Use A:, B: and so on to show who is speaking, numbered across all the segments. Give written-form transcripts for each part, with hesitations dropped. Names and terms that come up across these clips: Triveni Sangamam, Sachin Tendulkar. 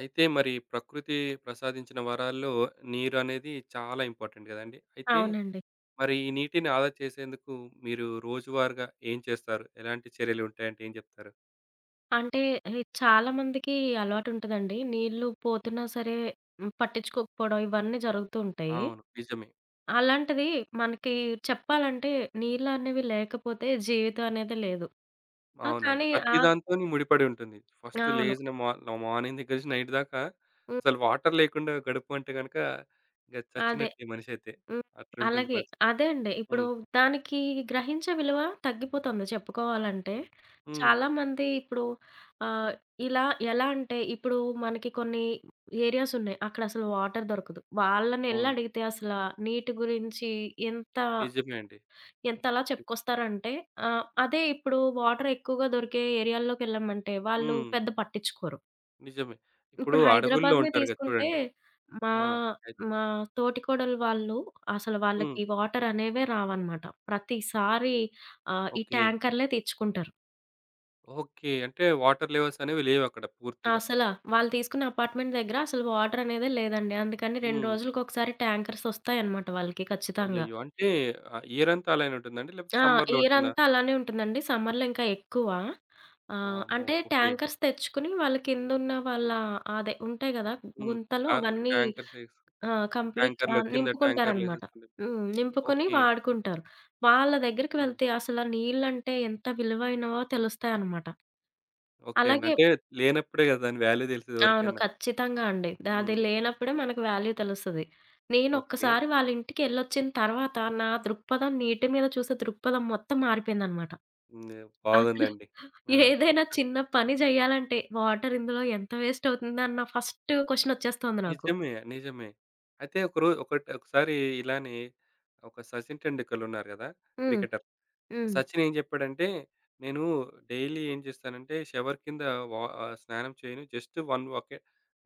A: అయితే మరి ప్రకృతి ప్రసాదించిన వరాల్లో నీరనేది చాలా ఇంపార్టెంట్ గదండీ! అయితే
B: అవునండి.
A: మరి ఈ నీటిని ఆదా చేసేందుకు మీరు రోజువారీగా ఏం చేస్తారు? ఎలాంటి చర్యలుంటాయంటే ఏం జెప్తారు?
B: అంటే ఈ చాలా మందికి అలవాటుంటదండి. నీళ్ళు పోతున్నా సరే పట్టించుకోకపోవడం ఇవన్నీ జరుగుతూ ఉంటాయి.
A: అవును, నిజమే.
B: అలాంటిది మనకి చెప్పాలంటే నీళ్ళనేవి లేకపోతే జీవితం అనేది లేదు. ఆ!
A: అవునండి,
B: కానీ
A: ప్రతి
B: ఆహ్,
A: దాంతోని ముడిపడి ఉంటుంది. ఫస్ట్
B: అవును.
A: లేచిన మా మార్నింగ్ దగ్గర నుంచి నైట్ దాకా
B: హ్మ్.
A: అసలు వాటర్ లేకుండా గడుపు అంటే గనక ఇంక
B: అదే.
A: చచ్చినట్టే మనిషైతే.
B: హ్మ్.
A: అట్లుంటుంది
B: అలాగే.
A: పరిస్థితి.
B: అదే అండి. ఇప్పుడు
A: హ్మ్.
B: దానికి గ్రహించే విలువ తగ్గిపోతుంది చెప్పుకోవాలంటే.
A: హ్మ్.
B: చాలా మంది ఇప్పుడు ఆహ్, ఇలా ఎలా అంటే ఇప్పుడు మనకి కొన్ని ఏరియాస్ ఉన్నాయి. అక్కడ అసలు వాటర్ దొరకదు. వాళ్ళనెళ్లి
A: అవును,
B: అడిగితే అసల నీటి గురించి ఎంత
A: నిజమే అండి.
B: ఎంతలా చెప్పుకొస్తారంటే అదే ఇప్పుడు వాటర్ ఎక్కువగా దొరికే ఏరియాల్లోకెళ్ళామంటే వాళ్ళు
A: హ్మ్.
B: పెద్ద పట్టించుకోరు.
A: నిజమే. ఇప్పుడు
B: ఇప్పుడు
A: అడవుల్లో
B: హైదరాబాద్‌నే
A: ఉంటారు గదా!
B: తీసుకుంటే
A: చూడండి.
B: మా
A: ఆ!
B: మా తోటికోడలు వాళ్ళు అసలు
A: హ్మ్.
B: వాళ్ళకి వాటర్ అనేవే రావన్నమాట. ప్రతిసారి ఈ
A: ఓకే.
B: ట్యాంకర్‌లే తెచ్చుకుంటారు.
A: ఓకే, అంటే వాటర్ లెవెల్స్ అనేవి లేవక్కడ పూర్తిగా.
B: అసల వాళ్ళు తీసుకున్న అపార్ట్‌మెంట్ దగ్గర అసలు వాటరనేదే లేదండి. అందుకని 2
A: హ్మ్.
B: రోజులకొకసారి ట్యాంకర్స్ ఒస్తాయన్నమాట వాళ్ళకి ఖచ్చితంగా.
A: అయ్యయ్యో! అంటే ఇయరంతా అలానే ఉంటుందండి? లేకపోతే
B: ఆ!
A: సమ్మర్‌లో ఉంటుందా?
B: ఇయరంతా అలానే ఉంటుందండి. సమ్మర్‌లో ఇంకా ఎక్కువ.
A: వామ్మో!
B: అంటే
A: ఓకే.
B: ట్యాంకర్స్ తెచ్చుకుని వాళ్ళ కిందున్న వాళ్ళ అదే ఉంటాయి గదా!
A: హ్మ్.
B: గుంతలు
A: ట్యాం
B: అవన్నీ
A: ట్యాంకర్స్ ఏసి
B: ఆ! కంప్లీట్
A: ట్యాంకర్‌లో కింద
B: నింపుకుంటారనమాట.
A: ట్యాంకర్‌లేసేసుకుంటారు.
B: హ్మ్. నింపుకొని
A: ఓకే.
B: వాడుకుంటారు. వాళ్ళ దగ్గరికి
A: హ్మ్.
B: వెళ్తే అసల నీళ్ళంటే ఎంత విలువైనవో తెలుస్తాయన్నమాట.
A: ఓకే అండి.
B: అలాగే
A: అంటే లేనప్పుడే కదా! దాని వాల్యూ తెలిసేది
B: అవును.
A: ఎవరికైనా.
B: ఖచ్చితంగా అండి. అది
A: హ్మ్.
B: లేనప్పుడే మనకు వాల్యూ తెలుస్తది.
A: ఓకే.
B: నేనొక్కసారి వాళ్ళ ఇంటికెళ్ళొచ్చిన తర్వాత నా దృక్పథం నీటి మీద చూసే దృక్పథం మొత్తం మారిపోయిందనమాట.
A: హ్మ్,
B: అసలు
A: బాగుందండి. ఆ!
B: ఏదైనా చిన్న పని జేయాలంటే వాటర్ ఇందులో ఎంత వేస్ట్ అవుతుందన్న ఫస్ట్ క్వెషనొచ్చేస్తోంది నాకు.
A: నిజమే, నిజమే. అయితే ఒకరో ఒకటి ఒకసారి ఇలానే ఒక సచిన్ టెండూల్కర్ ఉన్నారు కదా!
B: హ్మ్.
A: క్రికెటర్.
B: హ్మ్.
A: సచిన్ ఏం చెప్పాడంటే, "నేను డైలీ ఏం చేస్తానంటే, షవర్ కింద స్నానం చేయను. జస్ట్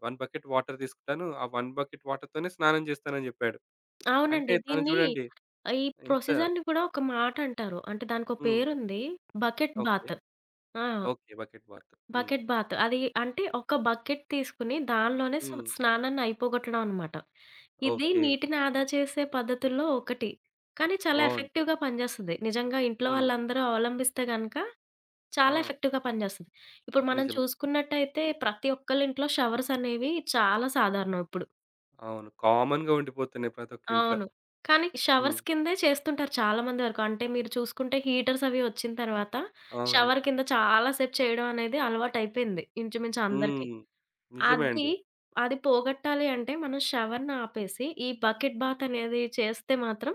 A: 1 బకెట్ వాటర్ తీసుకుంటాను. ఆ 1 బకెట్ వాటర్‌తోనే స్నానం చేస్తానని" చెప్పాడు. అంటే
B: అవునండి.
A: తను
B: దీన్ని
A: చూడండి
B: ఈ
A: ఎంత
B: ప్రొసిజర్‌ని కూడా ఒక మాట అంటారు. అంటే దానికో
A: హ్మ్.
B: పేరుంది. Bucket
A: okay.
B: బాత్. ఆ!
A: Okay, bucket bath. హ్మ్.
B: Bucket bath. అది అంటే ఒక బకెట్ తీసుకొని దానిలోనే
A: హ్మ్.
B: స్నానాన్ని అయిపోగొట్టడం అనమాట. ఇది
A: ఓకే.
B: నీటిని ఆదా చేసే పద్ధతుల్లో ఒకటి. కానీ చాలా
A: బావుంది.
B: ఎఫెక్టివ్‌గా పనిచేస్తది. నిజంగా ఇంట్లో
A: హ్మ్.
B: వాళ్ళందరూ అవలంబిస్తే గనక చాలా
A: ఆ!
B: ఎఫెక్టివ్‌గా పనిచేస్తది. ఇప్పుడు మనం
A: నిజమే.
B: చూసుకున్నట్టయితే ప్రతి ఒక్కళ్ళ ఇంట్లో షవర్స్ అనేవి చాలా సాధారణం ఇప్పుడు.
A: అవును, కామన్‌గా ఉండిపోతున్నాయి ప్రతి ఒక్క ఇంట్లో.
B: అవును. కానీ
A: హ్మ్.
B: షవర్స్ కిందే చేస్తుంటారు చాలా మంది వరకు. అంటే మీరు చూసుకుంటే హీటర్స్ అవి వచ్చిన తర్వాత
A: అవును.
B: షవర్ కింద చాలా సేపు చేయడం అనేది అలవాటయిపోయింది ఇంచుమించు అందరికి.
A: హ్మ్. నిజమే
B: అది,
A: అండి.
B: అది పోగొట్టాలి అంటే మనం షవర్‌ని ఆపేసి, ఈ బకెట్ బాత్ అనేది చేస్తే మాత్రం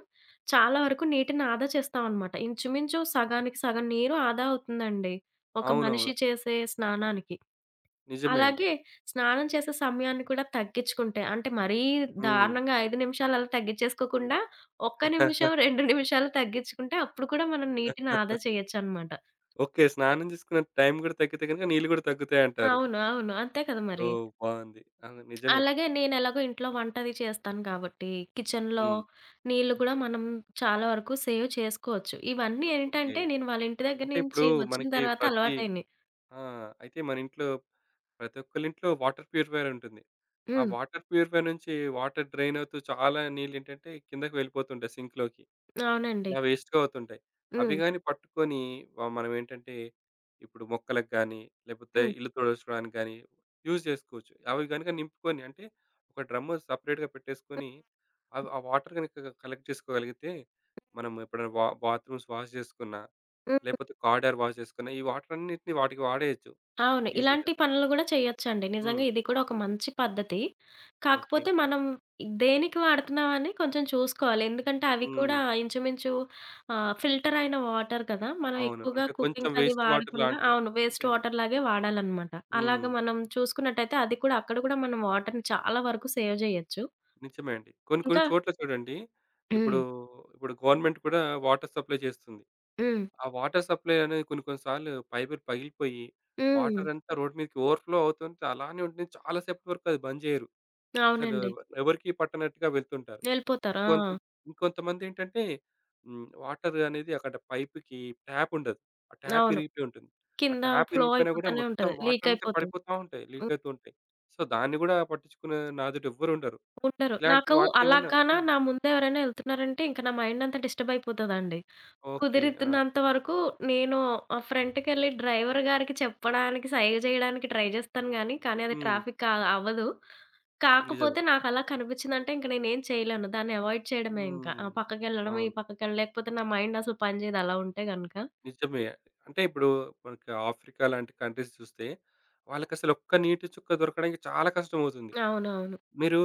B: చాలా వరకు నీటిని ఆదా చేస్తామనమాట. ఇంచుమించు సగానికి సగం నీరు ఆదా అవుతుందండి. ఒక మనిషి
A: అవునవును.
B: చేసే స్నానానికి.
A: నిజమే అండి.
B: అలాగే స్నానం చేసే సమయాన్ని కూడా తగ్గించుకుంటే, అంటే మరీ
A: హ్మ్.
B: దారుణంగా 5 నిమిషాలు అలా తగ్గించేసుకోకుండా, ఒక్క నిమిషం, 2 నిమిషాలు తగ్గించుకుంటే అప్పుడు కూడా మనం నీటిని ఆదా చేయొచ్చనమాట.
A: ఓకే, స్నానం చేసుకునే టైం గూడా తగ్గితే గనుక నీళ్ళు గూడా తగ్గుతాయంటారు.
B: అవును. అవును. అంతే కదా
A: సో,
B: మరి!
A: బావుంది. అవును, నిజమే.
B: అలాగే నేనెలాగో ఇంట్లో వంట అది చేస్తాను కాబట్టి, కిచెన్‌లో
A: హ్మ్.
B: నీళ్ళు గూడా మనం చాలా వరకు సేవ్ చేసుకోవచ్చు. ఇవన్నీ
A: ఓకే.
B: ఏంటంటే, నేను వాళ్ళ ఇంటి దగ్గర
A: అంటే ఇప్పుడు
B: నుంచి వచ్చిన
A: మనకి
B: తర్వాత
A: ప్రతి
B: అలవాటయినియి.
A: ఆ! అయితే మన ఇంట్లో ప్రతి ఒక్కళ్ళింట్లో వాటర్ ప్యూరిఫైయర్ ఉంటుంది. ఆ
B: హ్మ్.
A: వాటర్ ప్యూరిఫైయర్ నుంచి వాటర్ డ్రైన్ అవుతూ చాలా నీళ్ళేంటంటే కిందకి వెళ్ళిపోతుంటాయి సింక్‌లోకి.
B: అవునండి.
A: ఇలా వేస్ట్‌గా అవుతుంటాయి. అవి
B: హ్మ్.
A: గాని పట్టుకొని మనం ఏంటంటే, ఇప్పుడు మొక్కలకు గాని, లేకపోతే
B: హ్మ్.
A: ఇల్లు తుడుచుకోవడానికి గాని యూజ్ చేసుకోవచ్చు. అవి గనుక నింపుకొని అంటే, ఒక డ్రమ్ము సెపరేట్‌గా పెట్టేసుకొని, అవి ఆ వాటర్ గనుక కలెక్ట్ చేసుకోగలిగితే, మనం ఎప్పుడైనా బాత్రూమ్స్ వాష్ చేసుకున్నా,
B: హ్మ్.
A: లేకపోతే కారిడార్ వాష్ చేసుకున్నా, ఈ వాటర్ అన్నిటిని వాటికి వాడేయొచ్చు
B: అవును.
A: ఈజీగా.
B: ఇలాంటి పనులు గూడా చేయొచ్చండి.
A: హ్మ్.
B: నిజంగా ఇది కూడా ఒక మంచి పద్ధతి.
A: ఓకే.
B: కాకపోతే మనం దేనికి వాడుతున్నామని కొంచెం చూసుకోవాలి. ఎందుకంటే అవి
A: హ్మ్.
B: కూడా ఇంచుమించు ఫిల్టర్ అయిన వాటర్ కదా! మనం
A: అవును.
B: ఎక్కువగా
A: అంటే కొంచెం
B: కుకింగ్‌కి అది
A: వేస్ట్ వాటర్
B: వాడకుండా
A: లాంటే
B: అవును.
A: అంటే
B: వేస్ట్ వాటర్ లాగే వాడాలనమాట.
A: హ్మ్.
B: అలాగ మనం చూసుకున్నట్టయితే అది కూడా అక్కడ కూడా మనం వాటర్‌ని చాలా వరకు సేవ్ జేయొచ్చు.
A: నిజమే అండి. కొన్ని కొన్ని
B: ఇంకా
A: చోట్ల చూడండి, ఇప్పుడు,
B: హ్మ్.
A: ఇప్పుడు గవర్నమెంట్ కూడా వాటర్ సప్లై చేస్తుంది.
B: హ్మ్.
A: ఆ వాటర్ సప్లై అనేది కొన్ని కొన్ని సార్లు పైపులు పగిలిపోయి,
B: హ్మ్.
A: వాటర్ అంతా రోడ్డు మీదకి ఓవర్‌ఫ్లో అవుతుంటే అలానే ఉంటుంది. చాలా సేపటి వరకు అది బంద్ చేయరు. అసలు
B: అవునండి.
A: ఎవరికీ పట్టనట్టుగా వెళ్తుంటారు.
B: వెళ్ళిపోతారు.
A: ఇంకొంత
B: ఆ!
A: ఇంకొంతమందేంటంటే హ్మ్. వాటర్ అనేది అక్కడ పైప్‌కి ట్యాప్ ఉండదు. ఆ ట్యాప్
B: అవును.
A: ఇరిగిపోయి ఉంటుంది. ఆ
B: కింద
A: ట్యాప్
B: ఫ్లో
A: ఇరిగిపోయినా కూడా
B: అయిపోతానే
A: మొత్తం
B: ఉంటది.
A: వాటర్
B: లీక్
A: అంతా
B: అయిపోతది.
A: పడిపోతా ఉంటాయి. లీక్ అవుతూ ఉంటాయి. సో, దాన్ని కూడా పట్టించుకునే నాదుడు ఎవ్వరుండరు.
B: ఉండరు.
A: ఇలాంటి
B: నాకు
A: వాటినేమన్నా
B: అలాగాన
A: హ్మ్.
B: నా ముందెవరైనా ఎళ్తున్నారంటే ఇంక నా మైండంతా డిస్టర్బ్ అయిపోతదండి.
A: ఓకే. ఆ!
B: కుదిరితున్నంత వరకు నేను ఫ్రంట్‌కెళ్ళి డ్రైవర్ గారికి చెప్పడానికి, సైగ జేయడానికి ట్రై జేస్తాను గానీ, కానీ అది
A: హ్మ్.
B: ట్రాఫిక్ కా అవ్వదు.
A: నిజమే.
B: కాకపోతే నాకలా కనిపిచ్చిందంటే ఇంక నేనేం చేయలేను. దాన్ని అవాయిడ్ చేయడమే ఇంకా.
A: హ్మ్.
B: ఆ పక్కకెళ్ళడం, ఈ
A: అవును,
B: పక్కకెళ్ళడం లేకపోతే నా మైండ్ అసలు పని జేయదు అలా ఉంటే గనక.
A: నిజమే. అంటే ఇప్పుడు మనకి ఆఫ్రికా లాంటి కంట్రీస్ చూస్తే వాళ్ళకసలు ఒక్క నీటి చుక్క దొరకడానికి చాలా కష్టమవుతుంది.
B: అవునవును.
A: మీరు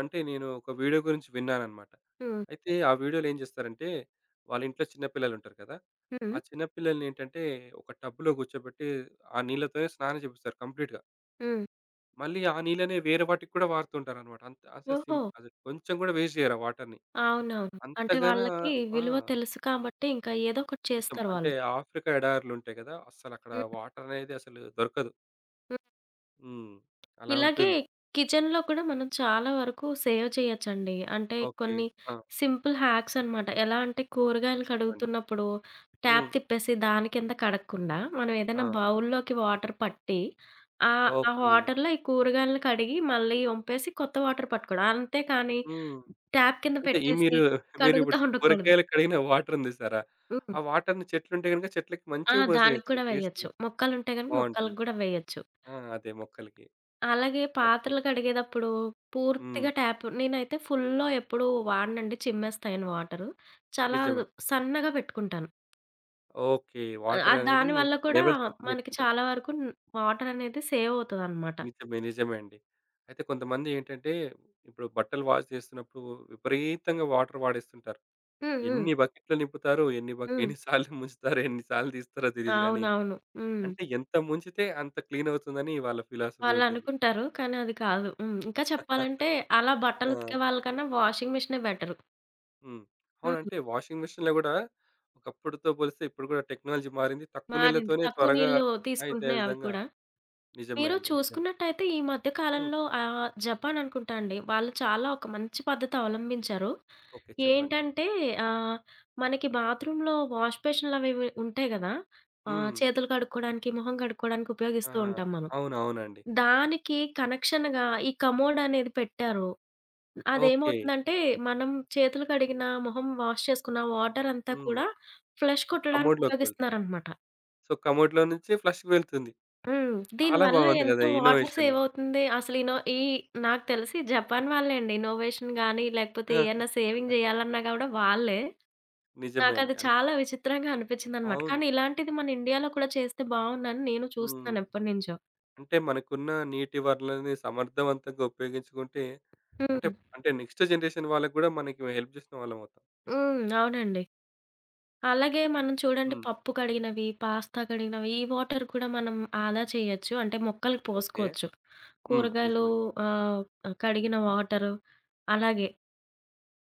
A: అంటే నేను ఒక వీడియో గురించి విన్నానన్నమాట.
B: హ్మ్.
A: అయితే ఆ వీడియోలో ఏం చేస్తారంటే వాళ్ళ ఇంట్లో చిన్న పిల్లలుంటారు కదా! ఆ
B: హ్మ్.
A: చిన్న పిల్లల్ని ఏంటంటే ఒక టబ్‌లో కూర్చోబెట్టి ఆ నీళ్ళతోనే స్నానం చేపిస్తారు కంప్లీట్‌గా.
B: హ్మ్.
A: మళ్ళీ ఆ నీళ్ళనే వేరే వాటికి కూడా వాడుతుంటారన్నమాట. అంత అసలు
B: ఓహో!
A: అసలు కొంచెం కూడా వేస్ట్ చేయరు ఆ వాటర్‌ని.
B: అవునవును. అంటే
A: అంతగానా
B: వాళ్ళకి
A: ఆ!
B: విలువ తెలుసు కాబట్టి ఇంకా ఏదో ఒకటి
A: నిజం.
B: చేస్తారు
A: అంటే
B: వాళ్ళు.
A: ఆఫ్రికా ఎడారులుంటాయి గదా! అస్సలక్కడ
B: హ్మ్.
A: వాటర్ అనేది అసలు దొరకదు. హ్మ్. అలా
B: ఇలాగే
A: ఉంటుంది.
B: కిచెన్‌లో కూడా మనం చాలా వరకు సేవ్ చేయొచ్చండి. అంటే
A: ఓకే.
B: కొన్ని
A: ఆ!
B: సింపుల్ హ్యాక్స్ అనమాట. ఎలా అంటే కూరగాయలు
A: చెప్పండి.
B: కడుగుతున్నప్పుడు ట్యాప్
A: హ్మ్.
B: తిప్పేసి దాని కింద కడగకుండా మనం
A: ఆ!
B: ఏదైనా బౌల్‌లోకి వాటర్ పట్టి ఆ
A: ఓకే.
B: వాటర్‌లో ఈ కూరగాయలను కడిగి మళ్ళీ ఒంపేసి కొత్త వాటర్ పట్టుకోవడం. అంతే కానీ
A: హ్మ్.
B: ట్యాప్ కింద
A: అంటే ఈ
B: పెట్టేసి
A: మీరు
B: కడుగుతా
A: మీరిప్పుడు
B: ఉండకూడదు.
A: కూరగాయలు కడిగిన వాటర్ ఉంది సారా?
B: హ్మ్.
A: ఆ వాటర్‌ని చెట్లుంటే గనుక చెట్లకి
B: ఆ!
A: మంచిగా
B: దానికి
A: పోసేయొచ్చు.
B: కూడా
A: వేస్ట్
B: వేయొచ్చు. మొక్కలుంటే గనుక
A: బావుంటుంది.
B: మొక్కలకి గూడా వేయొచ్చు.
A: ఆ! అదే మొక్కలకి.
B: అలాగే
A: ఓకే.
B: పాత్రలు కడిగేదప్పుడు
A: హ్మ్.
B: పూర్తిగా ట్యాప్ నేనైతే ఫుల్‌లో ఎప్పుడూ వాడనండి. చిమ్మేస్తాయని వాటరు. చాలా
A: నిజమే.
B: సన్నగా పెట్టుకుంటాను.
A: ఓకే. వాటర్ అనేది
B: దానివల్ల కూడా
A: లెవెల్ తక్కువ
B: మనకి
A: పెట్టుకుంటారు.
B: చాలా వరకు వాటరనేది సేవ్ అవుతదనమాట.
A: నిజమే, నిజమే అండి. అయితే కొంతమంది ఏంటంటే, ఇప్పుడు బట్టలు వాష్ చేస్తున్నప్పుడు విపరీతంగా వాటర్ వాడేస్తుంటారు.
B: హ్మ్. హ్మ్.
A: ఎన్ని బకెట్లు నింపుతారు,
B: హ్మ్.
A: ఎన్ని సార్లు ముంచుతారో, ఎన్ని సార్లు తీస్తారో తెలీదు గానీ,
B: అవునవును. హ్మ్.
A: అంటే ఎంత ముంచితే అంత క్లీన్ అవుతుందని వాళ్ళ ఫిలాసఫీ ఉంటుంది.
B: వాళ్ళనుకుంటారు. కానీ అది కాదు. హ్మ్. ఇంకా చెప్పాలంటే అలా బట్టలుతికే
A: ఆ!
B: వాళ్ళకన్నా వాషింగ్ మిషనే బెటరు.
A: హ్మ్. అవును.
B: హ్మ్.
A: అంటే వాషింగ్ మెషిన్‌లో గూడా ఒకప్పుడుతో పోలిస్తే ఇప్పుడు గూడా టెక్నాలజీ మారింది. తక్కువ
B: మారింది.
A: నీళ్ళతోనే
B: తక్కువ
A: త్వరగా
B: నీళ్ళు
A: అయితే
B: తీసుకుంటున్నాయి అవి
A: విధంగా
B: కూడా.
A: నిజమే
B: మీరు
A: అండి. నిజమే.
B: చూసుకున్నట్టయితే ఈ మధ్య
A: హ్మ్.
B: కాలంలో జపాన్ అనుకుంటా అండి. వాళ్ళు చాలా ఒక మంచి పద్ధతి అవలంబించారు.
A: ఓకే. చెప్పండి.
B: ఏంటంటే ఆహ్, మనకి బాత్రూమ్‌లో వాష్ బేసిన్‌లవి ఇవి ఉంటాయి గదా!
A: హ్మ్.
B: చేతులు కడుక్కోవడానికి, మొహం కడుక్కోవడానికి
A: ఆ!
B: ఉపయోగిస్తూ ఉంటాం మనం.
A: అవునవునండి.
B: దానికి కనెక్షన్‌గా ఈ కమోడ్ అనేది పెట్టారు.
A: ఓకే.
B: అదేమవుతుందంటే మనం చేతులు కడిగిన, మొహం వాష్ చేసుకున్న వాటర్ అంతా
A: హ్మ్.
B: కూడా ఫ్లష్
A: ఆ!
B: కొట్టడానికి
A: కమోడ్‌లోకి వెళ్తుంది.
B: ఉపయోగిస్తున్నారనమాట.
A: సో, కమోడ్‌లో నుంచి ఫ్లష్‌కి వెళ్తుంది.
B: హ్మ్.
A: చాలా
B: దీనివల్ల
A: బాగుంది
B: ఎంత
A: గదా!
B: Water
A: innovation.
B: సేవ్ అవుతుంది. అసలు ఈ నాకు తెలిసి జపాన్ వాళ్ళే అండి. ఇన్నోవేషన్ గాని, లేకపోతే ఏయన్నా సేవింగ్ జేయాలన్నా గూడా వాళ్ళే.
A: నిజమే అండి.
B: నాకది చాలా విచిత్రంగా అనిపించిందనమాట.
A: అవును.
B: కానీ ఇలాంటిది మన ఇండియాలో కూడా చేస్తే బావుండని నేను
A: హ్మ్.
B: చూస్తున్నాను ఎప్పటినుంచో.
A: అంటే మనకున్న నీటి వనరులని సమర్థవంతంగా ఉపయోగించుకుంటే అంటే
B: హ్మ్.
A: అంటే నెక్స్ట్ జనరేషన్ వాళ్ళకి గూడా మనకి హెల్ప్ జేసిన వాళ్ళమవుతాం.
B: హ్మ్. అవునండి. అలాగే మనం చూడండి
A: హ్మ్.
B: పప్పు కడిగినవి, పాస్తా కడిగినవి ఈ వాటర్ కూడా మనం ఆదా చేయొచ్చు. అంటే మొక్కలకి
A: ఓకే.
B: పోసుకోవచ్చు.
A: హ్మ్.
B: కూరగాయలు
A: నిజమే.
B: ఆహ్, కడిగిన వాటరు అలాగే.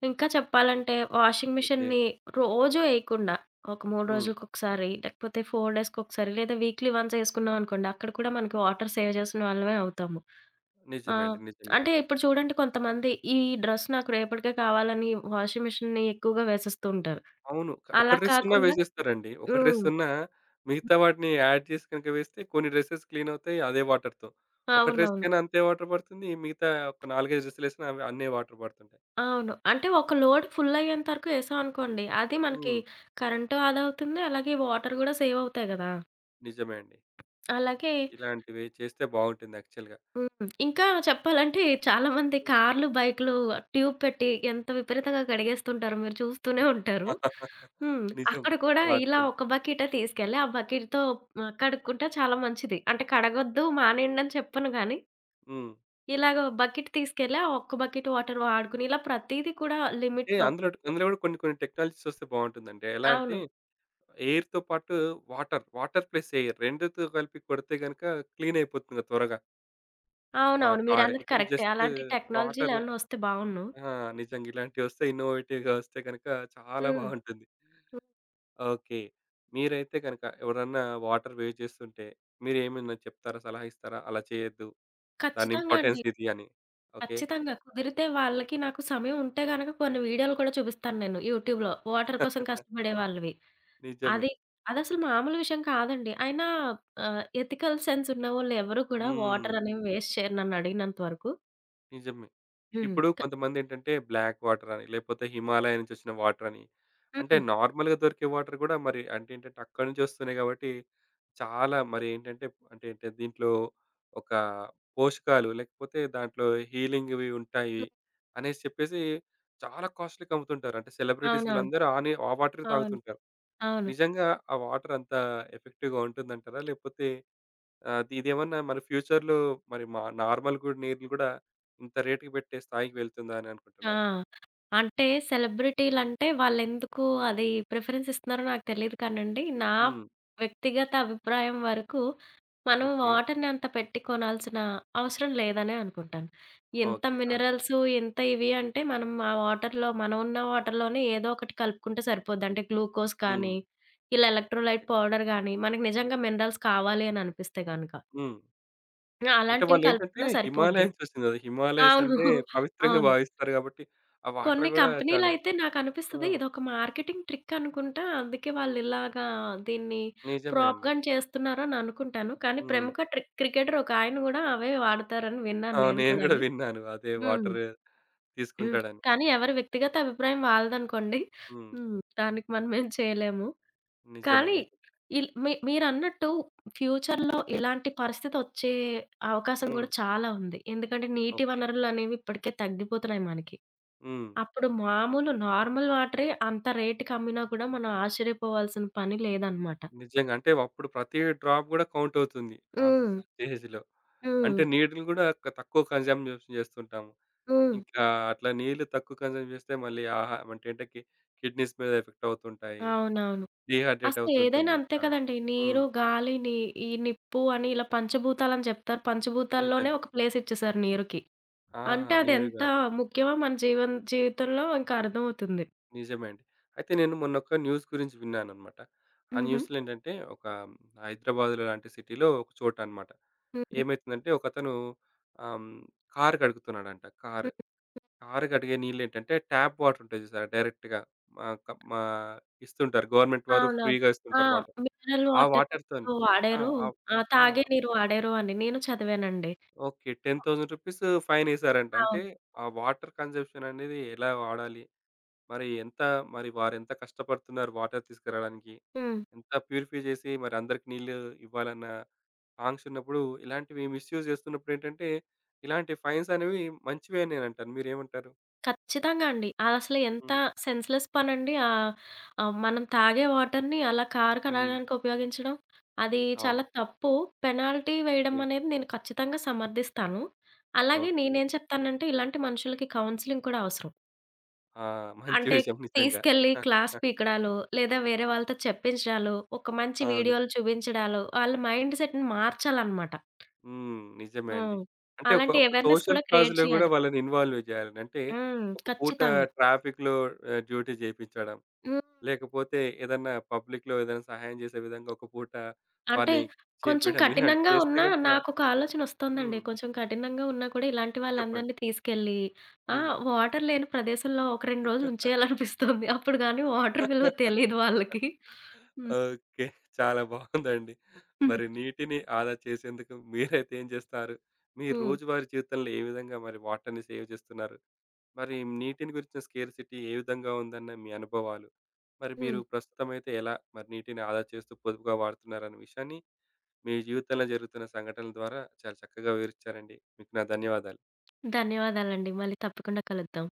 B: ఇంకా చెప్పాలంటే వాషింగ్
A: ఓకే.
B: మిషన్‌ని రోజూ ఎయకుండా, ఒక 3
A: హ్మ్.
B: రోజులకొకసారి, లేకపోతే 4 డేస్‌కొకసారి లేదా వీక్లీ వన్స్ ఎసుకున్నామనుకోండి, అక్కడ కూడా మనకి వాటర్ సేవ్ చేసిన వాళ్ళమే అవుతాము.
A: నిజమే
B: ఆహ్,
A: అండి, నిజమే.
B: అంటే ఇప్పుడు చూడండి కొంతమంది ఈ డ్రెస్ నాకు రేపటికే కావాలని వాషింగ్ మిషన్‌ని ఎక్కువగా వేసేస్తూ ఉంటారు.
A: అవును. ఒక్క
B: అలా
A: డ్రెస్ ఉన్నా
B: కాకుండా
A: వేసేస్తారండి. ఒక డ్రెస్
B: హ్మ్.
A: ఉన్నా మిగతా వాటిని యాడ్ చేసి గనుక వేస్తే కొన్ని డ్రెసెస్ క్లీన్ అవుతాయి అదే వాటర్‌తో. ఒక
B: అవునవును.
A: డ్రెస్‌కైనా అంతే వాటర్ పడుతుంది. మిగతా ఒక 4, 5 డ్రెస్సులేసినా అవి అన్నే వాటర్ పడుతుంటాయి.
B: అవును. అంటే ఒక లోడ్ ఫుల్ అయ్యేంత వరకు ఎసామనుకోండి, అది మనకి
A: హ్మ్.
B: కరెంటు ఆదా అవుతుంది. అలాగే వాటర్ గూడా సేవ్ అవుతాయి గదా!
A: నిజమే అండి.
B: అలాగే
A: ఇలాంటివి చేస్తే బావుంటుంది యాక్చువల్‌గా.
B: హ్మ్. ఇంకా చెప్పాలంటే చాలామంది
A: హ్మ్.
B: కార్లు, బైకులు ట్యూబ్ పెట్టి ఎంత విపరీతంగా కడిగేస్తుంటారో మీరు చూస్తూనే ఉంటారు. హ్మ్.
A: నిజం.
B: అక్కడ కూడా ఇలా
A: వాటితోని.
B: ఒక బకెటే తీసుకెళ్ళి ఆ బకెట్‌తో కడుక్కుంటే చాలా మంచిది. అంటే కడగొద్దు మానేయండి అని చెప్పను గానీ,
A: హ్మ్.
B: ఇలాగ బకెట్ తీసుకెళ్ళి ఆ ఒక్క బకెట్ వాటర్ వాడుకుని ఇలా ప్రతీది కూడా
A: అంటే
B: లిమిట్‌లో
A: అందులో అందులో కూడా కొన్ని కొన్ని టెక్నాలజీస్ వస్తే బావుంటుందండి. ఎలా అంటే
B: అవును.
A: ఎయిర్‌తో పాటు వాటర్ ప్లస్ ఎయిర్ 2తో కలిపి కొడితే గనుక క్లీన్ అయిపోతుంది కదా త్వరగా. ఆ!
B: అవునవును.
A: కారే.
B: మీరన్నది
A: ఇప్పుడు
B: కరెక్టే.
A: జస్ట్
B: అలాంటి
A: వాటర్
B: టెక్నాలజీ‌లేమన్నా వస్తే బావున్ను.
A: ఆ! నిజంగా ఇలాంటివొస్తే ఇన్నోవేటివ్‌గా వస్తే గనక చాలా
B: హ్మ్.
A: బావుంటుంది.
B: హ్మ్.
A: ఓకే. మీరైతే గనక ఎవరన్నా వాటర్ వేస్ట్ చేస్తుంటే మీరేమన్నా చెప్తారా? సలహా ఇస్తారా? అలా చేయొద్దు, దాని
B: ఖచ్చితంగా
A: ఇంపార్టెన్స్
B: అండి.
A: ఇది అని. ఓకే.
B: ఖచ్చితంగా. కుదిరితే వాళ్ళకి నాకు సమయం ఉంటే గనక కొన్ని వీడియోలు కూడా చూపిస్తాను నేను యూట్యూబ్‌లో. వాటర్ కోసం కష్టపడే వాళ్ళవి.
A: నిజమే.
B: అది అదసలు మామూలు విషయం కాదండి. అయినా ఎథికల్ సెన్స్ ఉన్నవాళ్ళు ఎవరు కూడా
A: హ్మ్.
B: వాటర్ అనేవి వేస్ట్ చేయరు నన్నడిగినంత వరకు.
A: నిజమే.
B: హ్మ్.
A: ఇప్పుడు
B: క
A: కొంతమందేంటంటే బ్లాక్ వాటర్ అని లేకపోతే హిమాలయ నుంచి వచ్చిన వాటర్ అని అంటే
B: హ్మ్.
A: నార్మల్‌గా దొరికే వాటర్ గూడా మరి అంటే ఏంటంటే అక్కడి నుంచి వస్తున్నాయి కాబట్టి చాలా మరేంటంటే అంటే అంటే ఏంటి దీంట్లో ఒక పోషకాలు లేకపోతే దాంట్లో హీలింగ్‌వి ఉంటాయి
B: హ్మ్.
A: అనేసి చెప్పేసి చాలా కాస్ట్‌లీ‌కి అమ్ముతుంటారు. అంటే సెలబ్రిటీస్
B: అవునవును.
A: వీళ్ళందరూ ఆ వాటరే
B: అవును.
A: తాగుతుంటారు.
B: అవును.
A: నిజంగా ఆ వాటర్ అంత ఎఫెక్టివ్‌గా ఉంటుందంటారా? లేకపోతే ఇదేమన్నా మన ఫ్యూచర్‌లో మరి మా నార్మల్ కూడా నీళ్ళు కూడా ఇంత రేట్‌కి పెట్టే స్థాయికి వెళ్తుందా అని
B: ఆ!
A: అనుకుంటున్నారా?
B: అంటే సెలబ్రిటీలంటే వాళ్ళెందుకు అది ప్రిఫరెన్స్ ఇస్తున్నారో నాకు తెలీదు కానండి. నా
A: హ్మ్.
B: వ్యక్తిగత అభిప్రాయం వరకు మనం
A: ఓకే.
B: వాటర్‌ని అంత పెట్టి కొనాల్సిన అవసరం లేదనే అనుకుంటాను. ఎంత
A: ఓకే. ఆ!
B: మినరల్స్, ఎంత ఇవి అంటే మనం ఆ వాటర్‌లో మనం ఉన్న వాటర్‌లోనే ఏదో ఒకటి కలుపుకుంటే సరిపోద్ది. అంటే గ్లూకోజ్
A: హ్మ్.
B: కానీ, ఇలా ఎలక్ట్రోలైట్ పౌడర్ గానీ, మనకు నిజంగా మినరల్స్ కావాలి అని అనిపిస్తే గనక.
A: హ్మ్.
B: ఆ!
A: అంటే
B: అలాంటివి
A: వాళ్ళేంటంటే
B: కలుపుకున్నా సరిపోద్ది.
A: హిమాలయన్స్ ఒచ్చింది గదా! హిమాలయస్
B: అవును.
A: అంటే పవిత్రంగా
B: అవును.
A: భావిస్తారు గాబట్టి, ఆ వాటర్
B: కొన్ని
A: గూడా చాలా
B: కంపెనీలయితే నాకనిపిస్తది
A: హ్మ్.
B: ఇదొక మార్కెటింగ్ ట్రిక్ అనుకుంటా. అందుకే వాళ్ళిలాగా దీన్ని
A: నిజమే అండి.
B: ప్రోపగండ్ చేస్తున్నారని అనుకుంటాను. కానీ
A: హ్మ్.
B: ప్రముఖ క్రికెటర్ ఒకాయన గూడా అవే వాడతారని విన్నాను
A: అవును,
B: నేను
A: నేను గూడా
B: కూడాని.
A: విన్నాను. అదే
B: హ్మ్.
A: వాటర్
B: హ్మ్.
A: తీసుకుంటాడని.
B: కానీ ఎవరి వ్యక్తిగత అభిప్రాయం వాళ్ళదనుకోండి.
A: హ్మ్.
B: హ్మ్. దానికి మనమేం చేయలేము.
A: నిజమే,
B: కానీ
A: నిజమే.
B: మీరన్నట్టు ఫ్యూచర్‌లో
A: ఓకే.
B: ఇలాంటి పరిస్థితొచ్చే అవకాశం
A: హ్మ్.
B: గూడా చాలా ఉంది. ఎందుకంటే నీటి
A: ఓకే.
B: వనరులనేవి ఇప్పటికే తగ్గిపోతున్నాయి మనకి.
A: హ్మ్.
B: అప్పుడు
A: అవును.
B: మామూలు నార్మల్ వాటరే అంత రేట్‌కి అమ్మినా కూడా మనం ఆశ్చర్యపోవాల్సిన పని లేదనమాట.
A: నిజంగా. అంటే అప్పుడు ప్రతి డ్రాప్ గూడా కౌంట్ అవుతుంది ఆ
B: హ్మ్.
A: స్టేజ్‌లో.
B: హ్మ్.
A: అంటే నీటిని గూడా తక్కువ కన్‌జంప్షన్ జేస్తుంటాము.
B: హ్మ్.
A: ఇంకా అట్లా నీళ్ళు తక్కువ కన్‌జంప్షన్ జేస్తే మళ్ళీ ఆహా! అంటే ఏంటకి కిడ్నీస్ మీద ఎఫెక్ట్ అవుతుంటాయి.
B: అవునవును.
A: డీహైడ్రేట్
B: అసలు ఏదైనా
A: అవుతుంటుంది
B: అంతే
A: చాలా.
B: కదండీ.
A: హ్మ్.
B: నీరు, గాలి, ఈ నిప్పు అని ఇలా పంచభూతాలని చెప్తారు. పంచభూతాల్లోనే
A: నిజంగా.
B: ఒక ప్లేస్ ఇచ్చేసారు నీరుకి.
A: ఆ!
B: అంటే అది ఎంత
A: నీరుగాలి.
B: ముఖ్యమో మన జీవితంలో ఇంకా అర్థమవుతుంది.
A: నిజమే అండి. అయితే నేను మొన్నొక న్యూస్ గురించి విన్నానన్నమాట. ఆ
B: హుహు.
A: న్యూస్‌లో ఏంటంటే ఒక హైదరాబాద్ లాంటి సిటీలో ఒక చోట అన్నమాట.
B: హుహు.
A: ఏమైతుందంటే ఒకతను ఆహ్, హ్మ్, కారు కడుగుతున్నాడంట. కారు.
B: హ్మ్.
A: కారు కడిగే నీళ్లేంటంటే ట్యాప్ వాటర్ ఉంటాయి చూసారా? డైరెక్ట్‌గా మా క మా ఇస్తుంటారు. గవర్నమెంట్ వారు
B: అవునవును.
A: ఫ్రీగా
B: ఆ!
A: ఇస్తుంటారు వాటర్.
B: మినరల్
A: ఆ
B: వాటర్
A: వాటర్‌తోని ఆ!
B: వాడారు.
A: ఆ!
B: ఆ!
A: ఆ!
B: తాగే నీరు వాడారు అని నేను చదివానండి.
A: ఓకే. 10,000 రూపీస్ ఫైనేశారంట. అంటే
B: అవును.
A: ఆ వాటర్ కన్జంప్షన్ అనేది ఎలా వాడాలి? మరి ఎంత మరి వారెంత కష్టపడుతున్నారు వాటర్ తీసుకురాడానికి?
B: హ్మ్.
A: ఎంత ప్యూరిఫై చేసి మరి అందరికి నీళ్ళు ఇవ్వాలన్న ఆంక్షున్నప్పుడు ఇలాంటివి మిస్‌యూజ్ చేస్తున్నప్పుడేంటంటే, ఇలాంటి ఫైన్స్ అనేవి మంచివే అని నేనంటాను. మీరేమంటారు?
B: ఖచ్చితంగా అండి. అదసలు ఎంత
A: హ్మ్.
B: సెన్స్‌లెస్ పనండి. మనం తాగే వాటర్‌ని అలా కారు
A: హ్మ్.
B: కడగడానికి ఉపయోగించడం, అది
A: అవును.
B: చాలా తప్పు. పెనాల్టీ వేయడం
A: ఓకే.
B: అనేది నేను ఖచ్చితంగా సమర్థిస్తాను. అలాగే
A: ఓకే.
B: నేనేం చెప్తానంటే, ఇలాంటి మనుషులకి కౌన్సెలింగ్ కూడా అవసరం.
A: ఆ! మంచి
B: అంటే
A: విషయం నిజంగా.
B: తీసుకెళ్ళి క్లాస్ పీకడాలో, లేదా వేరే వాళ్ళతో చెప్పించడాలో, ఒక మంచి
A: అవును.
B: వీడియోలు చూపించడాలో, వాళ్ళ మైండ్ సెట్‌ని మార్చాలన్నమాట.
A: హ్మ్. నిజమే అండి.
B: హ్మ్.
A: అంటే ఒక
B: అలాంటి
A: ఒక
B: అవేర్‌నెస్
A: సోషల్
B: కూడా క్రియేట్
A: కాజ్‌లో గూడా
B: చేయాలి.
A: వాళ్ళని ఇన్వాల్వ్ చేయాలండి. అంటే
B: హ్మ్.
A: ఒక పూట
B: ఖచ్చితంగా.
A: ట్రాఫిక్‌లో డ్యూటీ చేపించడం.
B: హ్మ్.
A: లేకపోతే ఏదన్నా పబ్లిక్‌లో ఏదైనా సహాయం చేసే విధంగా ఒక పూట
B: అంటే
A: వారిని
B: కొంచెం
A: చేపియడం ఇలాంటివి
B: కఠినంగా
A: చేస్తే
B: ఉన్నా
A: గనుక
B: నాకొక ఆలోచనొస్తుందండి.
A: హ్మ్.
B: కొంచెం కఠినంగా ఉన్నా కూడా ఇలాంటి
A: చెప్పండి.
B: వాళ్ళందరిని తీసుకెళ్ళి ఆ!
A: హ్మ్.
B: వాటర్ లేని ప్రదేశంలో ఒక 2 రోజులు ఉంచేయాలనిపిస్తుంది. అప్పుడు గాని వాటర్ విలువ తెలీదు వాళ్ళకి. హ్మ్.
A: ఓకే. చాలా బావుందండి.
B: హ్మ్.
A: మరి నీటిని ఆదా చేసేందుకు మీరైతే ఏం చేస్తారు? మీ
B: హ్మ్.
A: రోజువారీ జీవితంలో ఏ విధంగా మరి వాటర్‌ని సేవ్ చేస్తున్నారు? మరి నీటిని గురించిన స్కేర్సిటీ ఏ విధంగా ఉందన్న మీ అనుభవాలు, మరి మీరు
B: హ్మ్.
A: ప్రస్తుతం అయితే ఎలా మరి నీటిని ఆదా చేస్తూ పొదుపుగా వాడుతున్నారన్న విషయాన్ని మీ జీవితంలో జరుగుతున్న సంఘటనల ద్వారా చాలా చక్కగా వివరించారండి. మీకు నా ధన్యవాదాలు.
B: ధన్యవాదాలండి. మళ్ళీ తప్పకుండా కలుద్దాం.